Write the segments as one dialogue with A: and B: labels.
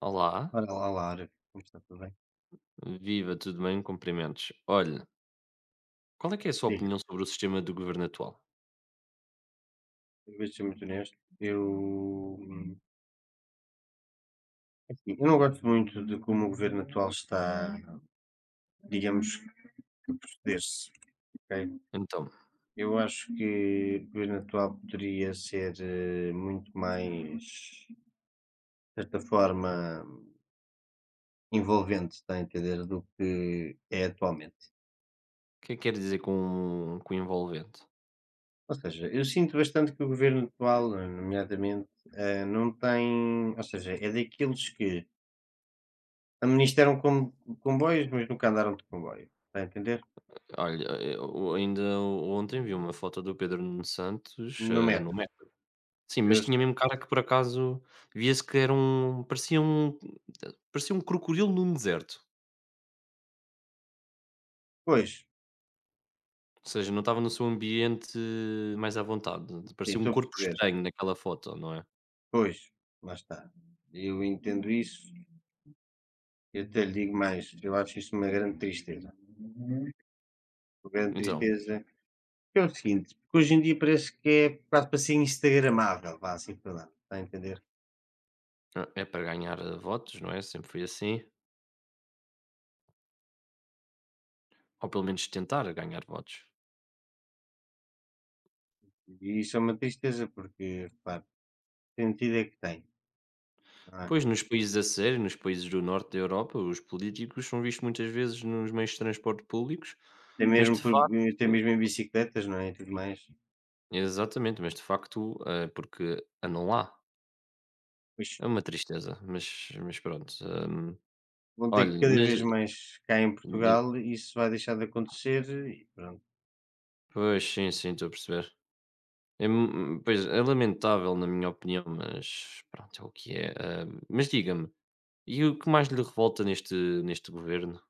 A: Olá,
B: Ora lá, Lara, como está? Tudo bem?
A: viva, tudo bem? Cumprimentos. Olha, qual é que é a sua
B: Diga,
A: opinião sobre o sistema do governo atual?
B: eu vou ser muito honesto, hum, assim, eu não gosto muito de como o governo atual está, digamos, que a proceder-se, ok?
A: Então, o
B: Eu acho que o governo atual poderia ser muito mais, de certa forma, envolvente, está a entender, do que é atualmente.
A: que é que quer dizer com envolvente?
B: Ou seja, eu sinto bastante que o governo atual, nomeadamente, não tem, ou seja, é daqueles que administraram com comboios, mas nunca andaram de comboio, está a entender?
A: Olha, eu ainda ontem vi uma foto do Pedro Nuno Santos
B: No
A: no
B: metro,
A: metro. Sim, mas
B: eu
A: tinha
B: sei.
A: mesmo cara que por acaso via-se que era um parecia, um. Parecia um crocodilo num deserto.
B: Pois,
A: Ou seja, não estava no seu ambiente mais à vontade.
B: sim.
A: Parecia um
B: Estou a
A: corpo
B: perceber.
A: estranho naquela foto, não é?
B: Pois, lá está. Eu entendo isso, eu até lhe digo mais, eu acho isso uma grande tristeza. Uma grande
A: Então,
B: tristeza, é o seguinte, porque hoje em dia parece que é quase para ser instagramável, vá assim falar, está a entender?
A: é para ganhar votos, não é? Sempre foi assim. Ou pelo menos tentar ganhar votos.
B: E isso é uma tristeza porque, repare, sentido é que tem, não é?
A: Pois, nos países a sério, nos países do norte da Europa, os políticos são vistos muitas vezes nos meios de transporte públicos,
B: Até
A: mas
B: mesmo
A: de
B: por até
A: facto
B: mesmo em bicicletas, não é, e tudo mais.
A: exatamente, mas de facto, porque andam lá. É uma tristeza, mas pronto,
B: Vão ter
A: Olha,
B: cada
A: mas
B: vez mais cá em Portugal
A: diga
B: e isso vai deixar de acontecer e pronto.
A: pois, sim, sim, estou a perceber. É mu pois, é lamentável na minha opinião, mas pronto, é o que é. Mas diga-me, e o que mais lhe revolta neste governo?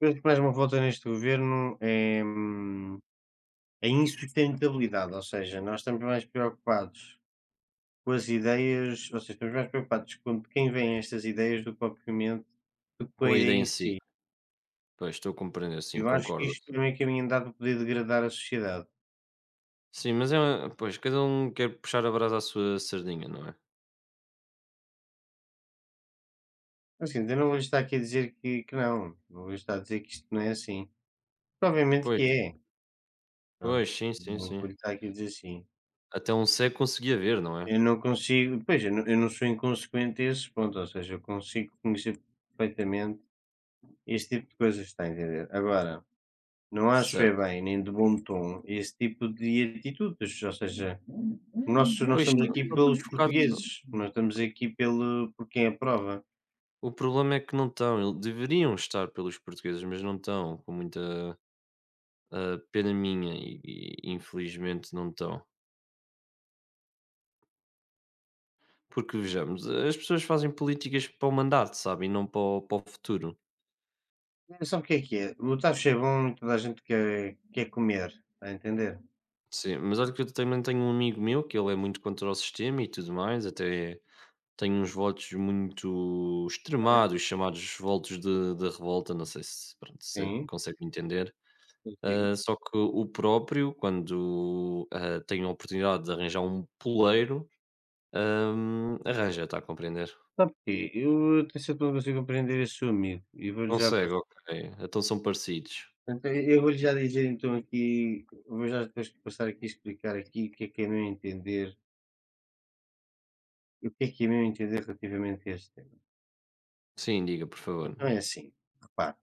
B: Depois que mais me revolta neste governo é, a insustentabilidade, ou seja, nós estamos mais preocupados com as ideias, ou seja, estamos mais preocupados com de quem vem estas ideias do que propriamente do que com
A: Com
B: a
A: a
B: ideia
A: ideia em
B: em
A: si?
B: si.
A: Pois, estou a compreender, sim,
B: Eu acho que
A: concordo.
B: isto é meio caminho andado para poder degradar a sociedade.
A: Sim, mas é uma pois, cada um quer puxar a brasa à sua sardinha, não é?
B: Assim, eu não vou estar aqui a dizer que não, não vou estar a dizer que isto não é assim. Obviamente que
A: Pois,
B: é, pronto,
A: pois, sim, sim,
B: não
A: sim.
B: vou estar aqui a dizer sim.
A: Até um cego conseguia ver, não é?
B: Eu não consigo, pois, eu não sou inconsequente a esse ponto, ou seja, eu consigo conhecer perfeitamente esse tipo de coisas, está a entender? Agora, não acho é
A: Certo.
B: bem, nem de bom tom, esse tipo de atitudes, ou seja, nós
A: Pois,
B: estamos
A: estão
B: aqui
A: estão todos
B: pelos
A: focados,
B: portugueses, nós estamos aqui pelo, por quem aprova.
A: o problema é que não estão, ele deveriam estar pelos portugueses, mas não estão, com muita, pena minha e infelizmente não estão. Porque vejamos, as pessoas fazem políticas para o mandato, sabe, e não para o futuro.
B: Sabe o que é que é? O tacho é bom e toda a gente quer comer, está a entender?
A: Sim, mas olha que eu também tenho um amigo meu que ele é muito contra o sistema e tudo mais, até tenho uns votos muito
B: Está bem?
A: extremados, chamados votos de revolta, não sei se, pronto, se
B: Sim,
A: consegue me entender.
B: consigo.
A: Ah, só que o próprio, quando, tenho a oportunidade de arranjar um poleiro, arranja, está a compreender?
B: Sabe porquê? Eu até certo ponto consigo compreender esse seu amigo e vou-lhe já.
A: Consegue, ok. Então são parecidos.
B: Então, eu vou-lhe já dizer então aqui, vou já depois passar aqui a explicar aqui o que é meu entender, o que é meu entender relativamente a este tema.
A: Sim, diga, por favor.
B: Então é assim, repare,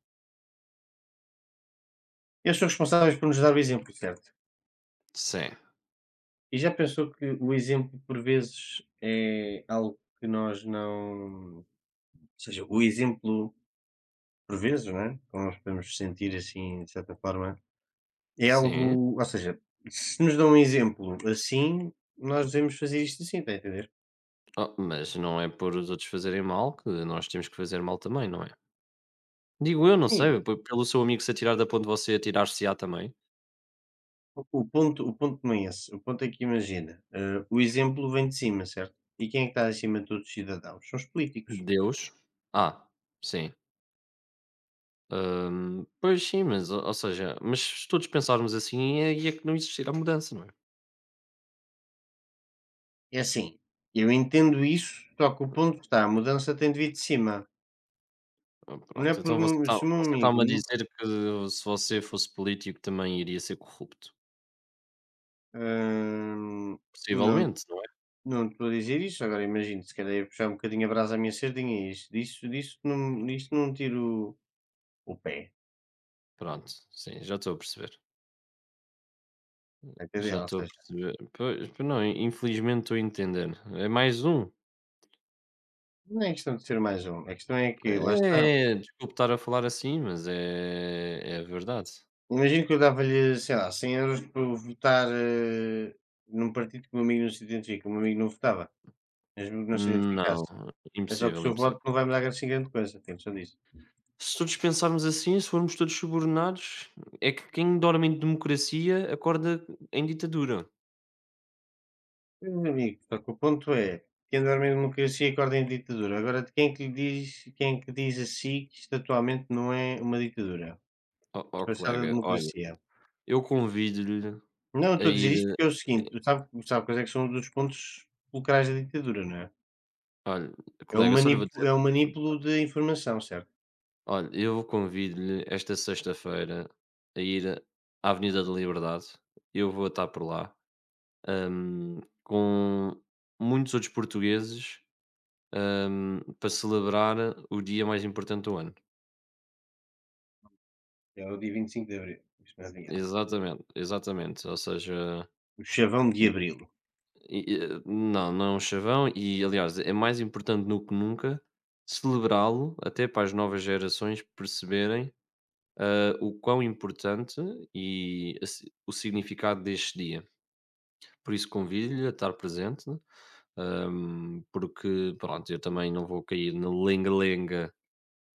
B: eles são responsáveis por nos dar o exemplo, certo?
A: Sim,
B: E já pensou que o exemplo por vezes é algo que nós não, ou seja, o exemplo por vezes, não é? Como nós podemos sentir assim, de certa forma, é
A: sim.
B: algo, ou seja, se nos dão um exemplo assim, nós devemos fazer isto assim, está a entender?
A: Oh, mas não é por os outros fazerem mal que nós temos que fazer mal também, não é? Digo eu, não
B: Sim,
A: sei, pe pelo seu amigo se atirar da ponte, você atirar-se-á também?
B: o ponto o ponto não é esse, o ponto é que imagina, o exemplo vem de cima, certo? E quem é que está acima de todos os cidadãos? São os políticos.
A: Deus? Ah, sim. Pois sim, mas ou seja, mas se todos pensarmos assim, é ia que não existir a mudança, não é?
B: É assim, eu entendo isso, só que o ponto está, a mudança tem de vir de cima.
A: Ah,
B: Não é
A: pronto,
B: por
A: então você
B: um
A: está
B: se o meu
A: você
B: amigo,
A: está-me a dizer que se você fosse político também iria ser corrupto?
B: hã, não
A: Possivelmente, não é?
B: não estou a dizer isso, agora imagino, se calhar ia puxar um bocadinho a brasa à minha sardinha, isto disso não disto não tiro o pé,
A: Pronto, sim, já estou a perceber.
B: está a entender?
A: Já
B: Ou
A: estou a
B: seja,
A: perceber. Pois, pois não, infelizmente estou a entender. É mais um.
B: não é questão de ser mais um, a questão é que lá está.
A: É, é, desculpe estar a falar assim, mas é, é verdade.
B: Imagino que eu dava-lhe, sei lá, 100 euros para votar, num partido que o meu amigo não se identifica. O meu amigo não votava, mesmo que não se
A: Não,
B: identificasse. É só que o
A: impossível,
B: seu
A: impossível.
B: voto não vai mudar assim grande coisa, tem noção disso.
A: Se todos pensarmos assim, se formos todos subornados, é que quem dorme em democracia acorda em ditadura.
B: Meu amigo, só que o ponto é: quem dorme em democracia acorda em ditadura. Agora, de quem é que lhe diz, quem é que diz a si que isto atualmente não é uma ditadura
A: Ó ó
B: disfarçada de
A: colega, olha,
B: democracia?
A: eu convido-lhe
B: Não, eu
A: a
B: estou a dizer
A: ir
B: isto porque é o seguinte: tu sabe, sabe quais é que são um dos pontos fulcrais da ditadura, não é?
A: a olha,
B: É o
A: colega, só lhe vou
B: manipu
A: dizer
B: é o manipulo de informação, certo?
A: olha, eu convido-lhe esta sexta-feira a ir à Avenida da Liberdade, eu vou estar por lá, com muitos outros portugueses, para celebrar o dia mais importante do ano.
B: É o dia 25 de Abril. Deixa-me adivinhar.
A: Exatamente, exatamente, ou seja
B: O chavão
A: e
B: de Abril.
A: e não, não é um chavão e aliás é mais importante do que nunca celebrá-lo, até para as novas gerações perceberem, o quão importante e a si o significado deste dia. Por isso convido-lhe a estar presente, porque pronto, eu também não vou cair na lenga-lenga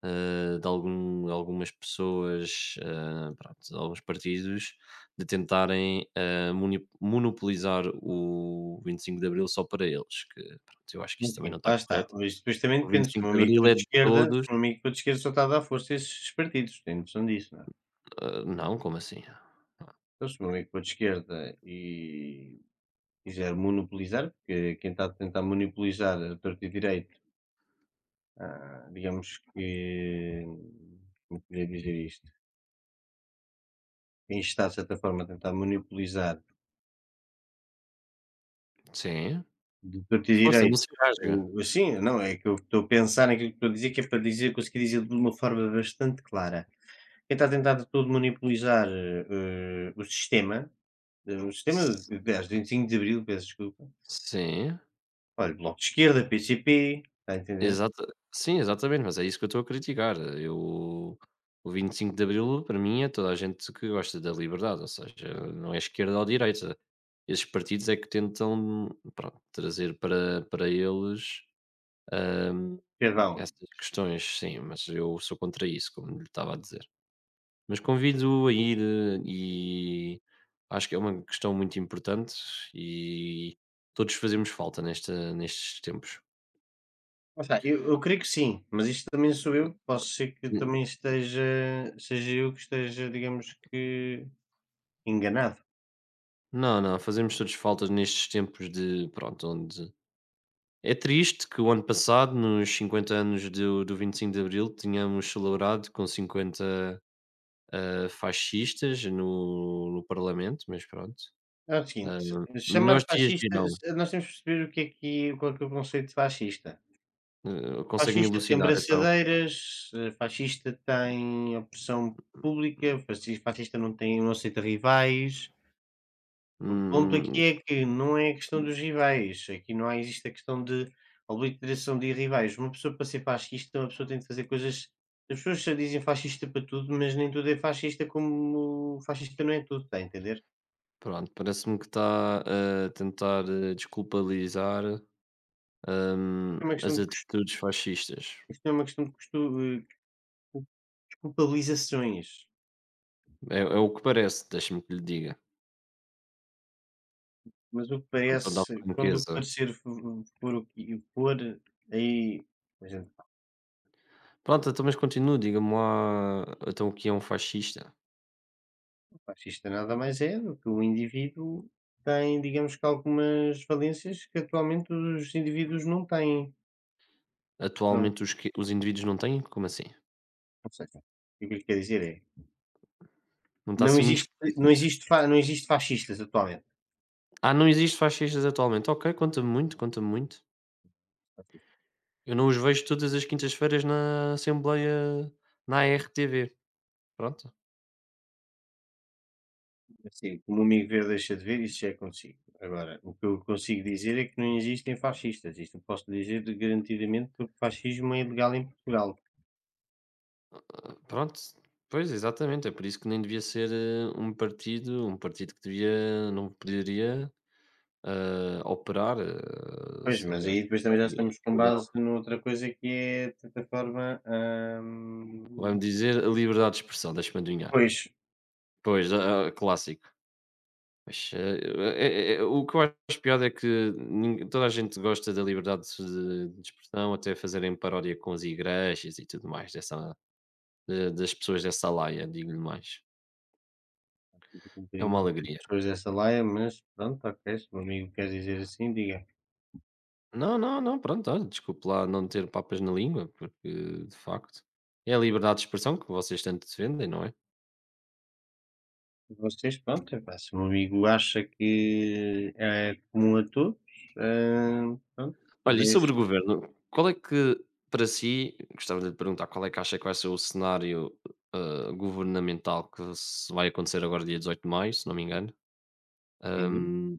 A: de algum, algumas pessoas, pronto, de alguns partidos, de tentarem monopolizar o 25 de Abril só para eles, que pronto, eu acho que
B: É o
A: isso também não
B: seguinte,
A: está
B: lá está.
A: correto.
B: Mas depois também
A: O vinte
B: depende.
A: e
B: Se o
A: cinco
B: meu
A: de
B: amigo
A: Abril
B: for
A: é
B: de
A: de
B: esquerda, se o
A: todos.
B: meu amigo for de esquerda só está a dar força a esses partidos. Tem noção disso, não é?
A: Ah, não, como assim?
B: Então, se o meu amigo for de esquerda e quiser monopolizar, porque quem está a tentar monopolizar a torta e direito, ah, digamos que. Como poderia dizer isto? Quem está, de certa forma, a tentar monopolizar.
A: Sim.
B: Do que eu te
A: Força, não
B: direi,
A: se engasga.
B: o assim, não, é que eu estou a pensar naquilo que estou a dizer, que é para dizer conseguir dizer de uma forma bastante clara. Quem está a tentar de todo monopolizar, o sistema,
A: S-
B: 5 de Abril, peço desculpa,
A: Sim.
B: olha, Bloco de Esquerda, PCP, está a entender?
A: Exata sim, exatamente, mas é isso que eu estou a criticar. Eu o 25 de Abril, para mim, é toda a gente que gosta da liberdade, ou seja, não é esquerda ou direita. Esses partidos é que tentam, pronto, trazer para eles, hum,
B: Perdão.
A: essas questões, sim, mas eu sou contra isso, como lhe estava a dizer. Mas convido a ir e acho que é uma questão muito importante e todos fazemos falta nesta nestes tempos.
B: Lá está, eu creio que sim, mas isto também sou eu, posso ser que também esteja seja eu que esteja, digamos que, enganado.
A: Não, não, fazemos todos faltas nestes tempos de pronto, onde é triste que o ano passado, nos 50 anos do, do 25 de Abril, tínhamos celebrado com 50 fascistas no, no Parlamento, mas pronto.
B: É o
A: Ah,
B: seguinte, chamar
A: melhores dias
B: fascista
A: virão.
B: se nós temos que perceber o que é que qual é que é o conceito de fascista.
A: Ah, consegue-me
B: Fascista tem
A: elucidar, então?
B: braçadeiras, fascista tem opressão pública, fascista não tem não aceita rivais. O ponto
A: Hum,
B: aqui é que não é a questão dos rivais, aqui não há existe a questão de obliteração de rivais. Uma pessoa para ser fascista, uma pessoa tem de fazer coisas. As pessoas já dizem fascista para tudo, mas nem tudo é fascista como fascista não é tudo, está a entender?
A: pronto, parece-me que está a tentar desculpabilizar
B: É uma
A: as
B: questão de cos
A: atitudes fascistas.
B: isto é uma questão de culpabilizações,
A: É, é o que parece, deixa-me que lhe diga,
B: mas o que
A: com toda a
B: parece quando o
A: franqueza.
B: parecer fo for o que for, aí a gente.
A: Pronto, então, mas continua, diga-me lá, então, o que é um fascista?
B: O fascista nada mais é do que o indivíduo tem, digamos que algumas valências que atualmente os indivíduos não têm. Pronto,
A: Atualmente os que os indivíduos não têm? Como assim?
B: ou seja, o que eu lhe quero dizer é,
A: Não está a
B: não
A: ser muito
B: existe não
A: explícito.
B: existe fa não existe fascistas atualmente.
A: Ah, não existe fascistas atualmente. Ok, conta-me muito, conta-me muito. Eu não os vejo todas as quintas-feiras na Assembleia na ARTV. Pronto,
B: Assim, como o Amigo Verde deixa de ver, isso já é consigo. Agora, o que eu consigo dizer é que não existem fascistas, isto eu posso dizer de- garantidamente porque o fascismo é ilegal em Portugal.
A: pronto. Pois, exatamente, é por isso que nem devia ser, um partido que devia não poderia, operar,
B: Pois,
A: se
B: mas
A: aliás,
B: aí depois
A: está
B: também já
A: aqui
B: estamos com
A: ilegal.
B: base noutra coisa que é, de certa forma,
A: Vai-me
B: hum,
A: dizer a liberdade de expressão, deixa-me adivinhar.
B: pois,
A: Pois, ah, ah, clássico. Mas, é- é- é- o que eu acho pior é que nin- toda a gente gosta da liberdade de expressão, até fazerem paródia com as igrejas e tudo mais, dessa, de- das pessoas dessa laia, digo-lhe mais.
B: um
A: É
B: bocadinho
A: uma
B: mal ter
A: alegria.
B: pessoas dessa laia, mas pronto, ok, se o meu amigo quer dizer assim, diga.
A: Não, não, não, pronto, olha, desculpe lá não ter papas na língua, porque de facto é a liberdade de expressão que vocês tanto defendem, não é?
B: Vocês, pronto, epá, se o meu amigo acha que é comum a todos, pronto,
A: Olha, e sobre
B: deixe
A: o governo, qual é que, para si, gostava de lhe perguntar, qual é que acha que vai ser o cenário governamental que se vai acontecer agora, dia 18 de maio, se não me engano?
B: sim.
A: Ahm,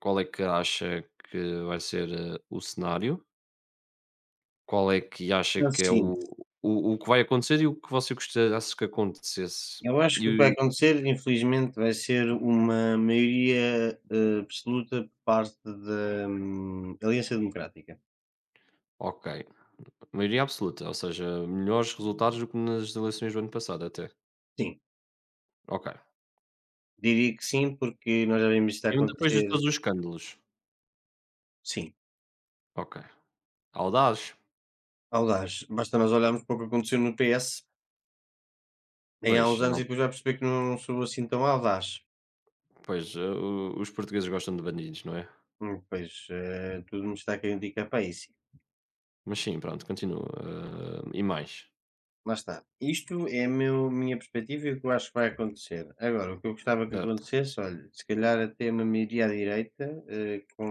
A: qual é que acha que vai ser o cenário? Qual é que acha
B: É o
A: que é
B: seguinte,
A: o, o que vai acontecer e o que você gostasse que acontecesse?
B: eu acho que o que
A: E,
B: vai acontecer, infelizmente, vai ser uma maioria, absoluta por parte da, Aliança Democrática.
A: o- ok, maioria absoluta, ou seja, melhores resultados do que nas eleições do ano passado, até.
B: Sim.
A: Ok.
B: Diria que sim, porque nós já vimos isto a
A: Mesmo depois de
B: acontecer.
A: todos os escândalos.
B: Sim,
A: Ok. Audaz.
B: audaz. Basta nós olharmos para o que aconteceu no PS em há
A: Pois,
B: uns anos
A: não,
B: e depois vai perceber que não sou assim tão audaz.
A: pois o- os portugueses gostam de bandidos, não é?
B: Pois, tudo me está a querer indicar para isso.
A: Mas sim, pronto, continua. Eh, e mais.
B: Lá está. Isto é a meu, minha perspectiva e o que eu acho que vai acontecer. Agora, o que eu gostava que
A: Certo.
B: acontecesse, olha, se calhar até uma maioria à direita, com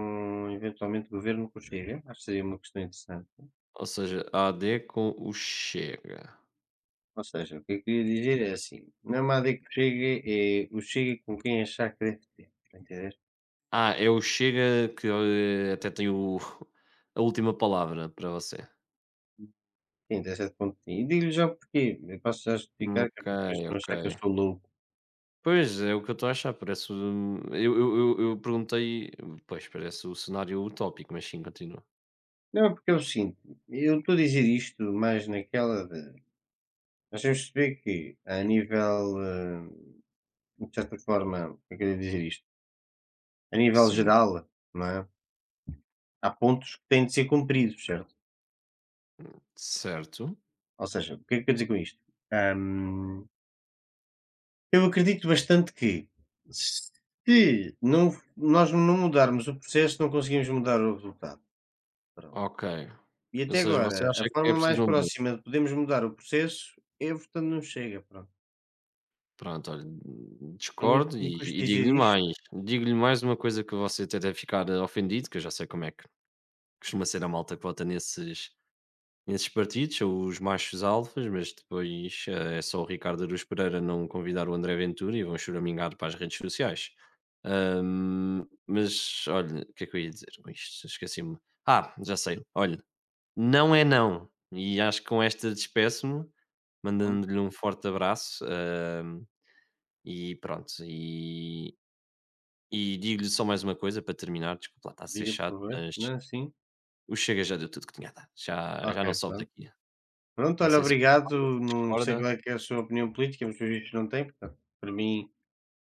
B: eventualmente governo com o Chega, acho que seria uma questão interessante.
A: Ou seja, a AD com o Chega.
B: Ou seja, o que eu queria dizer é assim, não é má dica do Chega, é o Chega com quem achar que deve ter, está a entender?
A: Ah, é o Chega que até tem o, a última palavra para você.
B: Sim, até certo ponto sim. E digo-lhe já o porquê, eu posso já explicar que
A: Ok,
B: é para depois não
A: ok.
B: achar que eu sou louco.
A: Pois, é o que eu estou a achar. Parece. Um- eu, eu perguntei. Pois, parece o cenário utópico, mas sim, continua.
B: Não, é porque é o seguinte, eu estou a dizer isto mais naquela de nós temos de perceber que a nível, de certa forma, como é que eu ia dizer isto? A nível
A: Sim,
B: geral, não é? Há pontos que têm de ser cumpridos, certo?
A: certo.
B: Ou seja, o que é que eu quero dizer com isto? Eu acredito bastante que se não nós não mudarmos o processo, não conseguimos mudar o resultado, pronto.
A: Ok.
B: E
A: Ou
B: até
A: seja,
B: agora,
A: você
B: a
A: acha que é
B: forma mais
A: preciso uma
B: próxima
A: mudança?
B: de podermos mudar o processo é votando não Chega, pronto.
A: Pronto, olha,
B: Por muito
A: discordo
B: que me
A: e
B: custe dizer isto,
A: digo-lhe mais uma coisa que você até deve ficar ofendido, que eu já sei como é que costuma ser a malta que vota nesses partidos, são os machos alfas, mas depois, é só o Ricardo Araújo Pereira não convidar o André Ventura e vão choramingar para as redes sociais. Mas olha, o que é que eu ia dizer com isto? Esqueci-me. Ah, já sei. Olha, não é não, e acho que com esta despeço-me,
B: pronto,
A: mandando-lhe um forte abraço, e pronto, e digo-lhe só mais uma coisa para terminar, desculpa lá, está a ser
B: diga por
A: chato,
B: favor.
A: mas
B: Não, sim?
A: o Chega já deu tudo que tinha a dar, já,
B: Ok,
A: já não sobe
B: pronto.
A: daqui.
B: Pronto,
A: Não
B: olha,
A: sei se
B: obrigado,
A: concorda, se
B: não sei
A: discorda.
B: qual é que é a sua opinião política, mas pelos vistos não tem, portanto, para mim,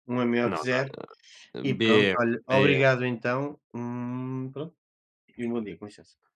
B: um é melhor que
A: Não,
B: zero. E
A: não.
B: pronto,
A: B,
B: olha,
A: B.
B: obrigado então, pronto, e um bom dia, com licença.